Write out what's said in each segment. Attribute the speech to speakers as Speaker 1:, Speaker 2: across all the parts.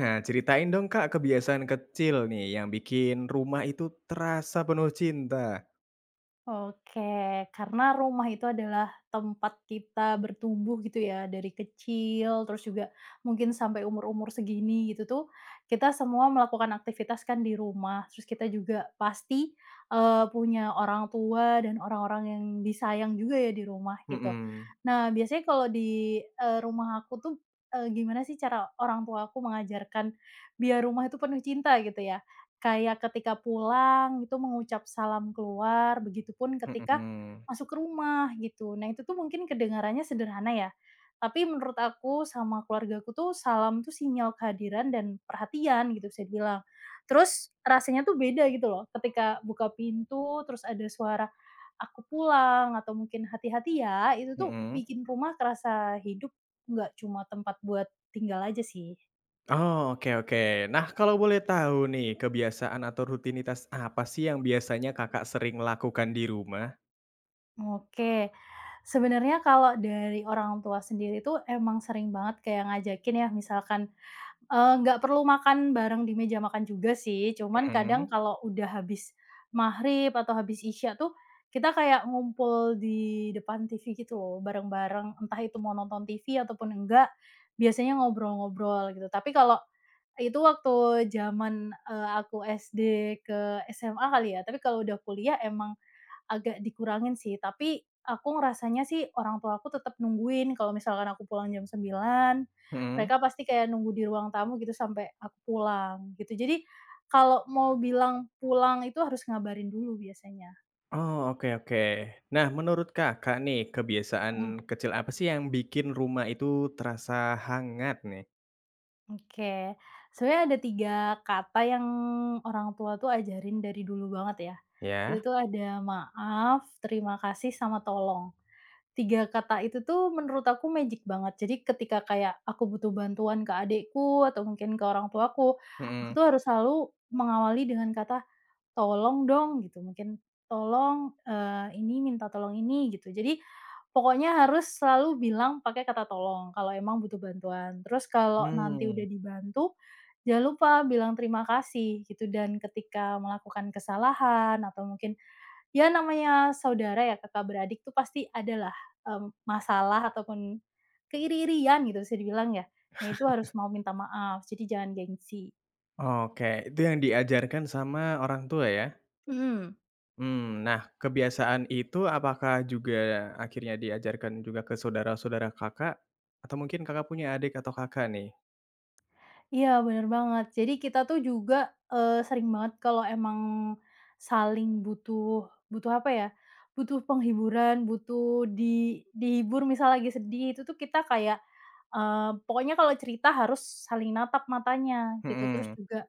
Speaker 1: Nah, ceritain dong Kak, kebiasaan kecil nih yang bikin rumah itu terasa penuh cinta.
Speaker 2: Oke, karena rumah itu adalah tempat kita bertumbuh gitu ya, dari kecil, terus juga mungkin sampai umur-umur segini gitu tuh, kita semua melakukan aktivitas kan di rumah, terus kita juga pasti, punya orang tua dan orang-orang yang disayang juga ya di rumah gitu.
Speaker 1: Mhm,
Speaker 2: Nah, biasanya kalau di, rumah aku tuh, gimana sih cara orang tua aku mengajarkan biar rumah itu penuh cinta gitu ya? Kayak ketika pulang itu mengucap salam keluar, begitupun ketika
Speaker 1: mhm,
Speaker 2: masuk ke rumah gitu. Nah itu tuh mungkin kedengarannya sederhana ya, tapi menurut aku sama keluargaku tuh salam tuh sinyal kehadiran dan perhatian gitu bisa dibilang. Terus rasanya tuh beda gitu loh ketika buka pintu terus ada suara, "Aku pulang," atau mungkin "Hati-hati ya," itu tuh
Speaker 1: mhm.
Speaker 2: bikin rumah kerasa hidup, nggak cuma tempat buat tinggal aja sih.
Speaker 1: Oh, oke oke. Nah, kalau boleh tahu nih, kebiasaan atau rutinitas apa sih yang biasanya Kakak sering lakukan di rumah?
Speaker 2: Oke. Sebenarnya kalau dari orang tua sendiri tuh emang sering banget kayak ngajakin ya misalkan, nggak perlu makan bareng di meja makan juga sih, cuman kadang
Speaker 1: Mhm,
Speaker 2: kalau udah habis maghrib atau habis isya tuh, kita kayak ngumpul di depan TV gitu loh bareng-bareng, entah itu mau nonton TV ataupun enggak, biasanya ngobrol-ngobrol gitu. Tapi kalau itu waktu zaman, aku SD ke SMA kali ya, tapi kalau udah kuliah emang agak dikurangin sih, tapi aku ngerasanya sih orang tua aku tetap nungguin kalau misalkan aku pulang jam 9,
Speaker 1: mhm.
Speaker 2: mereka pasti kayak nunggu di ruang tamu gitu sampai aku pulang, gitu. Jadi, kalau mau bilang pulang itu harus ngabarin dulu biasanya.
Speaker 1: Oh, oke oke. Nah, menurut Kakak nih, kebiasaan
Speaker 2: Mhm,
Speaker 1: kecil apa sih yang bikin rumah itu terasa hangat nih?
Speaker 2: oke. Sebenarnya ada 3 kata yang orang tua tuh ajarin dari dulu banget ya. Itu
Speaker 1: Ya?
Speaker 2: tuh ada maaf, terima kasih, sama tolong. Tiga kata itu tuh menurut aku magic banget. Jadi ketika kayak aku butuh bantuan ke adekku atau mungkin ke orang tuaku, aku
Speaker 1: Mhm,
Speaker 2: tuh harus selalu mengawali dengan kata, "Tolong dong," gitu, mungkin, "Tolong, ini minta tolong ini," gitu. Jadi pokoknya harus selalu bilang pakai kata tolong kalau emang butuh bantuan. Terus kalau nanti
Speaker 1: hmm.
Speaker 2: udah dibantu, jangan lupa bilang terima kasih gitu dan ketika melakukan kesalahan atau mungkin ya namanya saudara ya, kakak beradik tuh pasti adalah, masalah ataupun keiri-irian gitu bisa dibilang ya. Nah itu harus mau minta maaf, jadi jangan gengsi.
Speaker 1: Oke, itu yang diajarkan sama orang tua ya?
Speaker 2: Hmm,
Speaker 1: Mmm, nah kebiasaan itu apakah juga akhirnya diajarkan juga ke saudara-saudara Kakak? Atau mungkin Kakak punya adik atau kakak nih?
Speaker 2: iya bener banget. Jadi kita tuh juga, sering banget kalau emang saling butuh butuh apa ya, butuh penghiburan, butuh dihibur misal lagi sedih itu tuh kita kayak, pokoknya kalau cerita harus saling natap matanya gitu. Terus
Speaker 1: Mhm.
Speaker 2: juga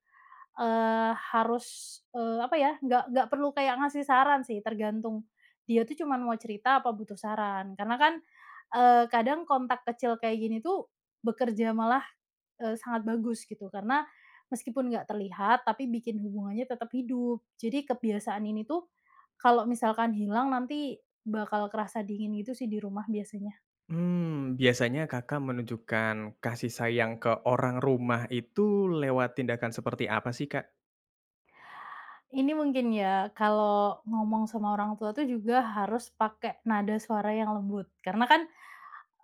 Speaker 2: Harus, apa ya, nggak perlu kayak ngasih saran sih, tergantung dia tuh cuman mau cerita apa butuh saran. Karena kan, kadang kontak kecil kayak gini tuh bekerja malah, sangat bagus gitu. Karena meskipun nggak terlihat, tapi bikin hubungannya tetap hidup. Jadi kebiasaan ini tuh kalau misalkan hilang nanti bakal kerasa dingin gitu sih di rumah biasanya.
Speaker 1: Mmm, biasanya Kakak menunjukkan kasih sayang ke orang rumah itu lewat tindakan seperti apa sih, Kak?
Speaker 2: Ini mungkin ya, kalau ngomong sama orang tua tuh juga harus pakai nada suara yang lembut. Karena kan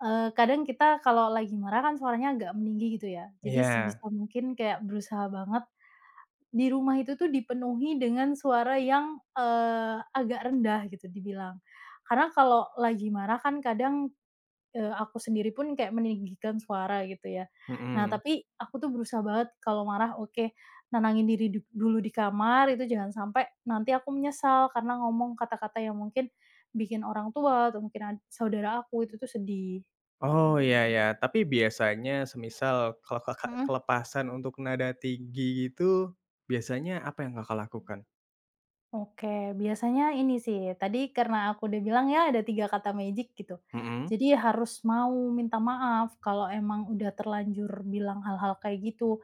Speaker 2: Kadang kita kalau lagi marah kan suaranya agak meninggi gitu ya. Jadi
Speaker 1: Iya,
Speaker 2: sebisa mungkin kayak berusaha banget di rumah itu tuh dipenuhi dengan suara yang, agak rendah gitu dibilang. Karena kalau lagi marah kan kadang, aku sendiri pun kayak meninggikan suara gitu ya. Nah
Speaker 1: mhm.
Speaker 2: tapi aku tuh berusaha banget kalau marah oke, nenangin diri dulu di kamar itu jangan sampai nanti aku menyesal karena ngomong kata-kata yang mungkin bikin orang tua atau mungkin saudara aku itu tuh sedih.
Speaker 1: Oh, iya ya. Tapi biasanya semisal kalau Kakak
Speaker 2: Mhm.
Speaker 1: kelepasan untuk nada tinggi gitu, biasanya apa yang Kakak lakukan?
Speaker 2: Oke, biasanya ini sih, tadi karena aku udah bilang ya ada 3 kata magic gitu.
Speaker 1: Mhm.
Speaker 2: Jadi harus mau minta maaf kalau emang udah terlanjur bilang hal-hal kayak gitu.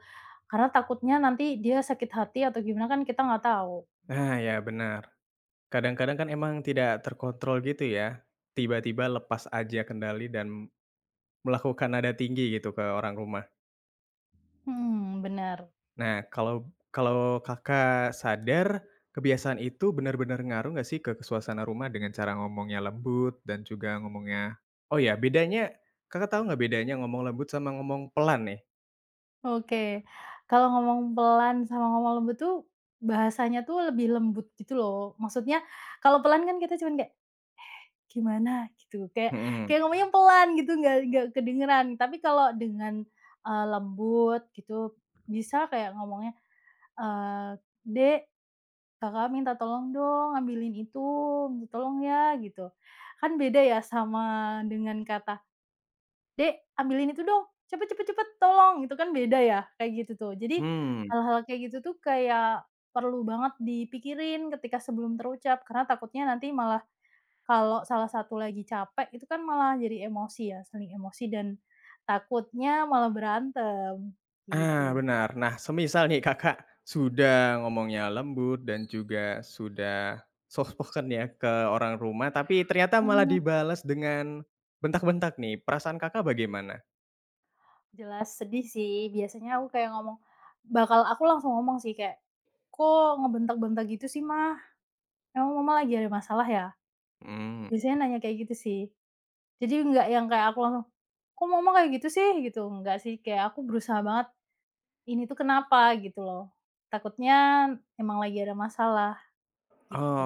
Speaker 2: Karena takutnya nanti dia sakit hati atau gimana kan kita nggak tahu.
Speaker 1: Nah, ya benar. Kadang-kadang kan emang tidak terkontrol gitu ya, tiba-tiba lepas aja kendali dan melakukan nada tinggi gitu ke orang rumah.
Speaker 2: Hmm, benar.
Speaker 1: Nah, kalau kalau Kakak sadar, kebiasaan itu benar-benar ngaruh nggak sih ke suasana rumah dengan cara ngomongnya lembut dan juga ngomongnya, oh ya, bedanya Kakak tahu nggak bedanya ngomong lembut sama ngomong pelan nih?
Speaker 2: Oke. Kalau ngomong pelan sama ngomong lembut tuh bahasanya tuh lebih lembut gitu loh. Maksudnya kalau pelan kan kita cuman kayak gimana gitu, kayak
Speaker 1: Hmm.
Speaker 2: kayak ngomongnya pelan gitu, nggak kedengeran. Tapi kalau dengan, lembut gitu, bisa kayak ngomongnya, eee, "Dek, Kakak minta tolong dong ambilin itu, tolong ya," gitu. Kan beda ya sama dengan kata, "Dek, ambilin itu dong, cepet cepet cepet, tolong," itu kan beda ya, kayak gitu tuh. Jadi
Speaker 1: Mmm.
Speaker 2: hal-hal kayak gitu tuh kayak perlu banget dipikirin ketika sebelum terucap, karena takutnya nanti malah kalau salah satu lagi capek itu kan malah jadi emosi ya, saling emosi dan takutnya malah berantem,
Speaker 1: Ah,
Speaker 2: gitu.
Speaker 1: benar. Nah, semisal nih Kakak sudah ngomongnya lembut dan juga sudah soft spoken ya ke orang rumah, tapi ternyata malah
Speaker 2: Mhm,
Speaker 1: dibalas dengan bentak-bentak nih, perasaan Kakak bagaimana?
Speaker 2: jelas sedih sih, biasanya aku kayak ngomong bakal aku langsung ngomong sih kayak, "Kok ngebentak-bentak gitu sih, Mah? Emang Mama lagi ada masalah ya?"
Speaker 1: Mmm,
Speaker 2: Biasanya nanya kayak gitu sih. Jadi nggak yang kayak aku langsung, "Kok Mama kayak gitu sih?" Gitu, nggak sih, kayak aku berusaha banget, "Ini tuh kenapa?" Gitu loh. Takutnya emang lagi ada masalah,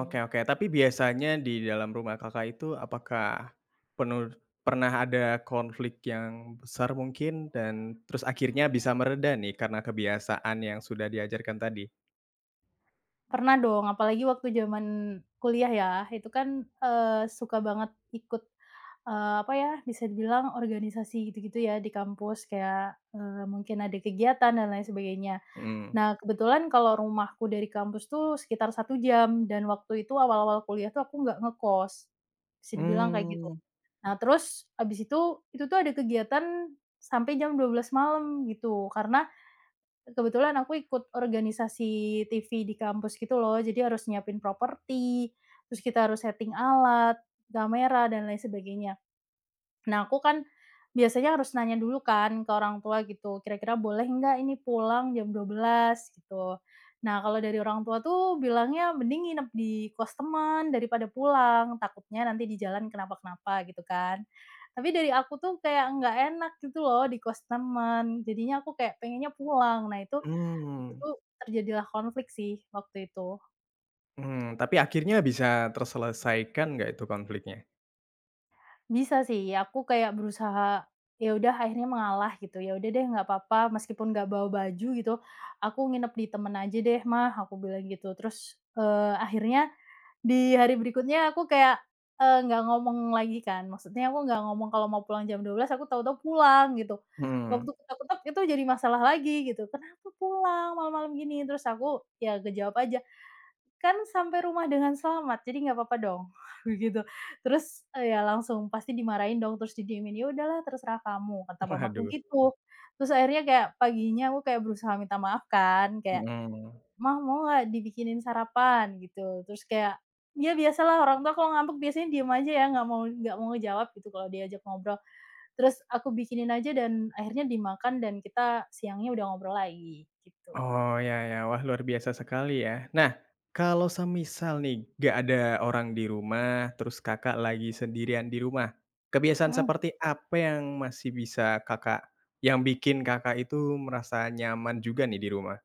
Speaker 1: oke oke. Tapi biasanya di dalam rumah Kakak itu apakah penuh pernah ada konflik yang besar mungkin dan terus akhirnya bisa mereda nih karena kebiasaan yang sudah diajarkan tadi?
Speaker 2: Pernah dong, apalagi waktu zaman kuliah ya, itu kan, suka banget ikut, apa ya, bisa dibilang organisasi gitu-gitu ya di kampus, kayak, mungkin ada kegiatan dan lain sebagainya.
Speaker 1: Hmm.
Speaker 2: Nah, kebetulan kalau rumahku dari kampus tuh sekitar 1 jam dan waktu itu awal-awal kuliah tuh aku nggak ngekos, bisa dibilang kayak gitu.
Speaker 1: Mmm,
Speaker 2: Nah, terus habis itu tuh ada kegiatan sampai jam 12 malam gitu, karena kebetulan aku ikut organisasi TV di kampus gitu loh, jadi harus nyiapin properti, terus kita harus setting alat, kamera, dan lain sebagainya. Nah, aku kan biasanya harus nanya dulu kan ke orang tua gitu, kira-kira boleh nggak ini pulang jam 12 gitu. Nah, kalau dari orang tua tuh bilangnya mending nginep di kos teman daripada pulang, takutnya nanti di jalan kenapa-kenapa gitu kan. Tapi dari aku tuh kayak nggak enak gitu loh di kos teman, jadinya aku kayak pengennya pulang. Nah, itu di
Speaker 1: mmm.
Speaker 2: situ terjadilah konflik sih waktu itu.
Speaker 1: Mmm, tapi akhirnya bisa terselesaikan nggak itu konfliknya?
Speaker 2: Bisa sih aku kayak berusaha, ya udah akhirnya mengalah gitu, "Ya udah deh nggak apa-apa meskipun nggak bawa baju gitu, aku nginep di temen aja deh Mah," aku bilang gitu. Terus, akhirnya di hari berikutnya aku kayak, nggak ngomong lagi kan, maksudnya aku nggak ngomong kalau mau pulang jam 12 aku tahu-tahu pulang gitu. Waktu
Speaker 1: Mhm,
Speaker 2: kutek-kutek itu jadi masalah lagi gitu, "Kenapa pulang malam-malam gini?" Terus aku ya kejawab aja, kan sampai rumah dengan selamat, jadi nggak apa-apa dong, begitu. Terus, ya langsung pasti dimarahin dong, terus didiemin, "Ya udahlah terserah kamu," kata mamaku
Speaker 1: waduh,
Speaker 2: gitu. Terus akhirnya kayak paginya aku kayak berusaha minta maaf kan, kayak,
Speaker 1: mhm.
Speaker 2: "Mah, mau nggak dibikinin sarapan?" gitu. Terus kayak ya biasalah orang tua kalau ngambek biasanya diem aja ya, nggak mau ngejawab gitu kalau diajak ngobrol. Terus aku bikinin aja dan akhirnya dimakan dan kita siangnya udah ngobrol lagi, gitu.
Speaker 1: Oh, ya ya, wah luar biasa sekali ya. Nah, kalau semisal nih nggak ada orang di rumah, terus Kakak lagi sendirian di rumah, kebiasaan seperti apa yang masih bisa Kakak, yang bikin Kakak itu merasa nyaman juga nih di rumah?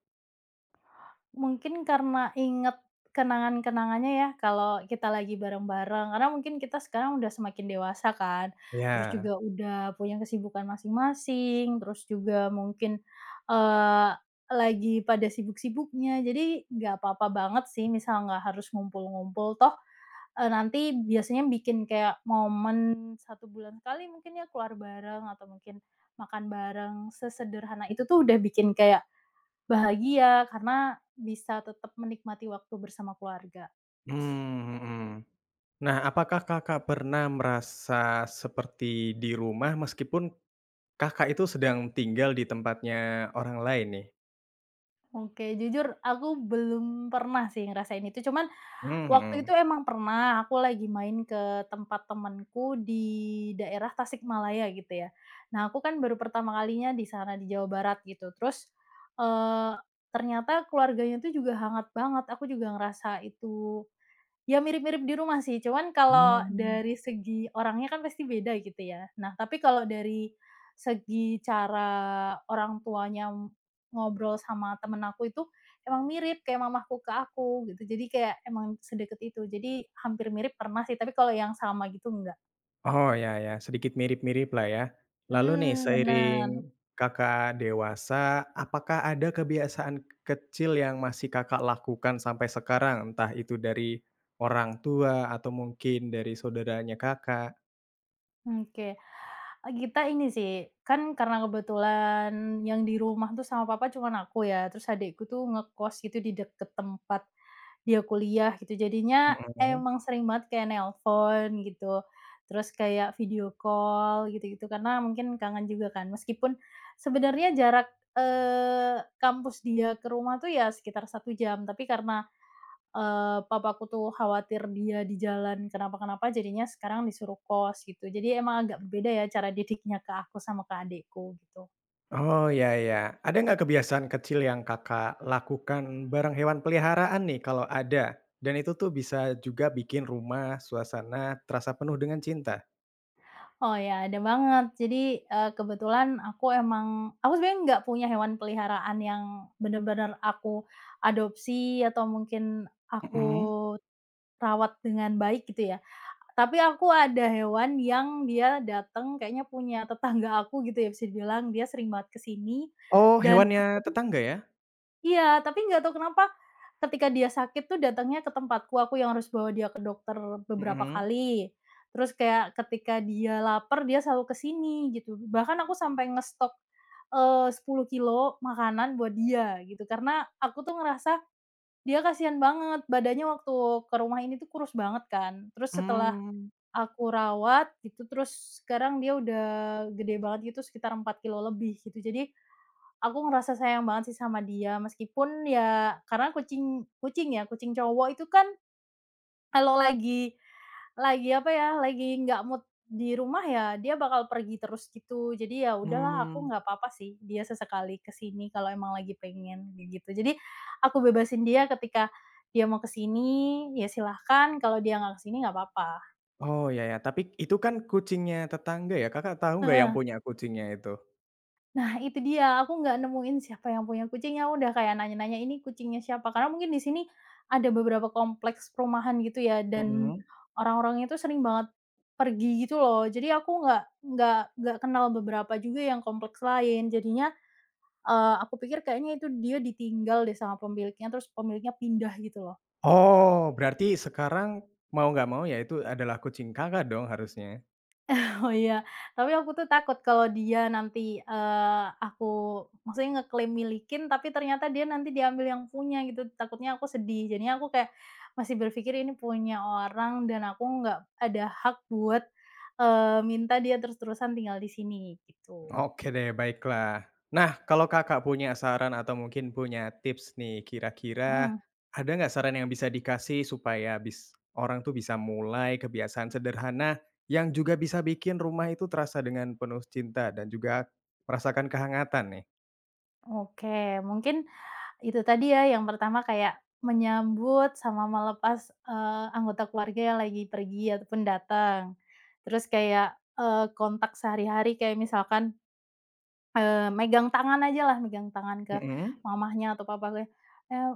Speaker 2: Mungkin karena inget kenangan-kenangannya ya, kalau kita lagi bareng-bareng, karena mungkin kita sekarang udah semakin dewasa kan, terus
Speaker 1: Ya,
Speaker 2: juga udah punya kesibukan masing-masing, terus juga mungkin, eee, lagi pada sibuk-sibuknya, jadi nggak apa-apa banget sih misal nggak harus ngumpul-ngumpul, toh, nanti biasanya bikin kayak momen 1 bulan sekali mungkin ya keluar bareng atau mungkin makan bareng, sesederhana itu tuh udah bikin kayak bahagia, karena bisa tetap menikmati waktu bersama keluarga.
Speaker 1: mmm, mhm. Nah, apakah Kakak pernah merasa seperti di rumah meskipun Kakak itu sedang tinggal di tempatnya orang lain nih?
Speaker 2: Oke, jujur aku belum pernah sih ngerasain itu, cuman waktu
Speaker 1: Mhm.
Speaker 2: itu emang pernah aku lagi main ke tempat temanku di daerah Tasikmalaya gitu ya. Nah, aku kan baru pertama kalinya di sana, di Jawa Barat gitu. Terus, eee, ternyata keluarganya tuh juga hangat banget, aku juga ngerasa itu ya mirip-mirip di rumah sih, cuman kalau
Speaker 1: Mmm.
Speaker 2: dari segi orangnya kan pasti beda gitu ya. Nah, tapi kalau dari segi cara orang tuanya ngobrol sama temen aku itu, emang mirip kayak mamaku ke aku gitu. Jadi kayak emang sedekat itu. Jadi hampir mirip pernah sih, tapi kalau yang sama gitu enggak.
Speaker 1: Oh, ya ya, sedikit mirip-mirip lah ya. Lalu nih
Speaker 2: Mmm.
Speaker 1: seiring
Speaker 2: Bener,
Speaker 1: Kakak dewasa, apakah ada kebiasaan kecil yang masih Kakak lakukan sampai sekarang? Entah itu dari orang tua atau mungkin dari saudaranya Kakak?
Speaker 2: oke. Kita ini sih, kan karena kebetulan yang di rumah tuh sama papa cuman aku ya, terus adikku tuh ngekos gitu di deket tempat dia kuliah gitu, jadinya
Speaker 1: Mhm.
Speaker 2: emang sering banget kayak nelpon gitu, terus kayak video call gitu-gitu, karena mungkin kangen juga kan. Meskipun sebenarnya jarak, kampus dia ke rumah tuh ya sekitar 1 jam, tapi karena papaku tuh khawatir dia di jalan kenapa-kenapa jadinya sekarang disuruh kos gitu. Jadi emang agak berbeda ya cara didiknya ke aku sama ke adikku gitu.
Speaker 1: Oh, ya ya. Ada nggak kebiasaan kecil yang Kakak lakukan bareng hewan peliharaan nih kalau ada? Dan itu tuh bisa juga bikin rumah, suasana terasa penuh dengan cinta?
Speaker 2: Oh ya ada banget. Jadi, kebetulan aku sebenarnya nggak punya hewan peliharaan yang benar-benar aku adopsi atau mungkin aku
Speaker 1: Mhm.
Speaker 2: rawat dengan baik gitu ya. Tapi aku ada hewan yang dia datang kayaknya punya tetangga aku gitu ya bisa dibilang, dia sering banget ke sini
Speaker 1: Oh,
Speaker 2: dan
Speaker 1: hewannya
Speaker 2: aku tuh.
Speaker 1: tetangga ya?
Speaker 2: Iya, tapi nggak tahu kenapa ketika dia sakit tuh datangnya ke tempatku, aku yang harus bawa dia ke dokter beberapa
Speaker 1: Mhm.
Speaker 2: kali. Terus kayak ketika dia lapar, dia selalu ke sini gitu. Bahkan aku sampai ngestok, 10 kilo makanan buat dia gitu, karena aku tuh ngerasa dia kasihan banget, badannya waktu ke rumah ini tuh kurus banget kan. Terus setelah
Speaker 1: Mmm,
Speaker 2: aku rawat gitu, terus sekarang dia udah gede banget gitu sekitar 4 kilo lebih gitu. Jadi aku ngerasa sayang banget sih sama dia, meskipun ya karena kucing kucing ya, kucing cowok itu kan kalau lagi apa ya, lagi nggak mood di rumah ya, dia bakal pergi terus gitu. Jadi ya udahlah aku
Speaker 1: mmm.
Speaker 2: nggak apa-apa sih dia sesekali ke sini kalau emang lagi pengen, kayak gitu. Jadi aku bebasin dia ketika dia mau ke sini, ya silahkan, kalau dia nggak ke sini nggak apa-apa.
Speaker 1: Oh, ya ya. Tapi itu kan kucingnya tetangga ya? Kakak tahu nggak yang punya kucingnya itu?
Speaker 2: Nah itu dia, aku nggak nemuin siapa yang punya kucing, ya udah kayak nanya-nanya, "Ini kucingnya siapa?" Karena mungkin di sini ada beberapa kompleks perumahan gitu ya, dan
Speaker 1: Mhm.
Speaker 2: orang-orangnya itu sering banget pergi gitu loh. Jadi aku nggak kenal beberapa juga yang kompleks lain. Jadinya, aku pikir kayaknya itu dia ditinggal deh sama pemiliknya, terus pemiliknya pindah gitu loh.
Speaker 1: Oh, berarti sekarang mau nggak mau ya itu adalah kucing Kakak dong harusnya?
Speaker 2: Oh iya, tapi aku tuh takut kalau dia nanti, aku maksudnya ngeklaim milikin, tapi ternyata dia nanti diambil yang punya gitu, takutnya aku sedih. Jadinya aku kayak masih berpikir ini punya orang dan aku nggak ada hak buat, eee, minta dia terus-terusan tinggal di sini gitu.
Speaker 1: Oke deh, baiklah. Nah, kalau Kakak punya saran atau mungkin punya tips nih, kira-kira
Speaker 2: Mhm.
Speaker 1: ada nggak saran yang bisa dikasih supaya bis orang tuh bisa mulai kebiasaan sederhana yang juga bisa bikin rumah itu terasa dengan penuh cinta dan juga merasakan kehangatan nih?
Speaker 2: Oke, mungkin itu tadi ya, yang pertama kayak menyambut sama melepas, anggota keluarga yang lagi pergi ataupun datang. Terus kayak, kontak sehari-hari kayak misalkan megang tangan ajalah, megang tangan ke
Speaker 1: Mhm.
Speaker 2: mamahnya atau papahnya, eee,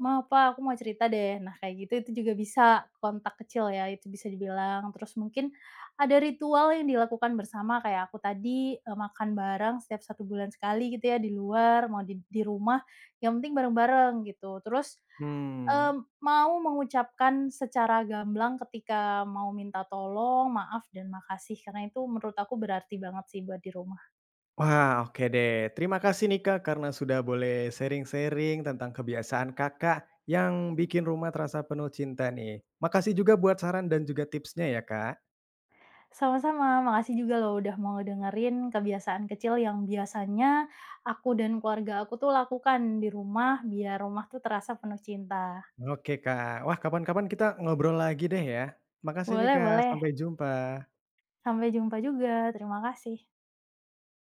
Speaker 2: "Ma, pa, aku mau cerita deh." Nah, kayak gitu itu juga bisa kontak kecil ya, itu bisa dibilang. Terus mungkin ada ritual yang dilakukan bersama kayak aku tadi, makan bareng setiap 1 bulan sekali gitu ya di luar, mau di rumah, yang penting bareng-bareng gitu. Terus,
Speaker 1: Hmm.
Speaker 2: mau mengucapkan secara gamblang ketika mau minta tolong, maaf, dan makasih, karena itu menurut aku berarti banget sih buat di rumah.
Speaker 1: Wah, oke deh. Terima kasih nih Kak, karena sudah boleh sharing-sharing tentang kebiasaan Kakak yang bikin rumah terasa penuh cinta nih. Makasih juga buat saran dan juga tipsnya ya, Kak.
Speaker 2: Sama-sama, makasih juga loh udah mau ngedengerin kebiasaan kecil yang biasanya aku dan keluarga aku tuh lakukan di rumah biar rumah tuh terasa penuh cinta.
Speaker 1: Oke, Kak. Wah, kapan-kapan kita ngobrol lagi deh ya. Makasih nih,
Speaker 2: Boleh
Speaker 1: Kak.
Speaker 2: boleh,
Speaker 1: Sampai jumpa.
Speaker 2: sampai jumpa juga, terima kasih.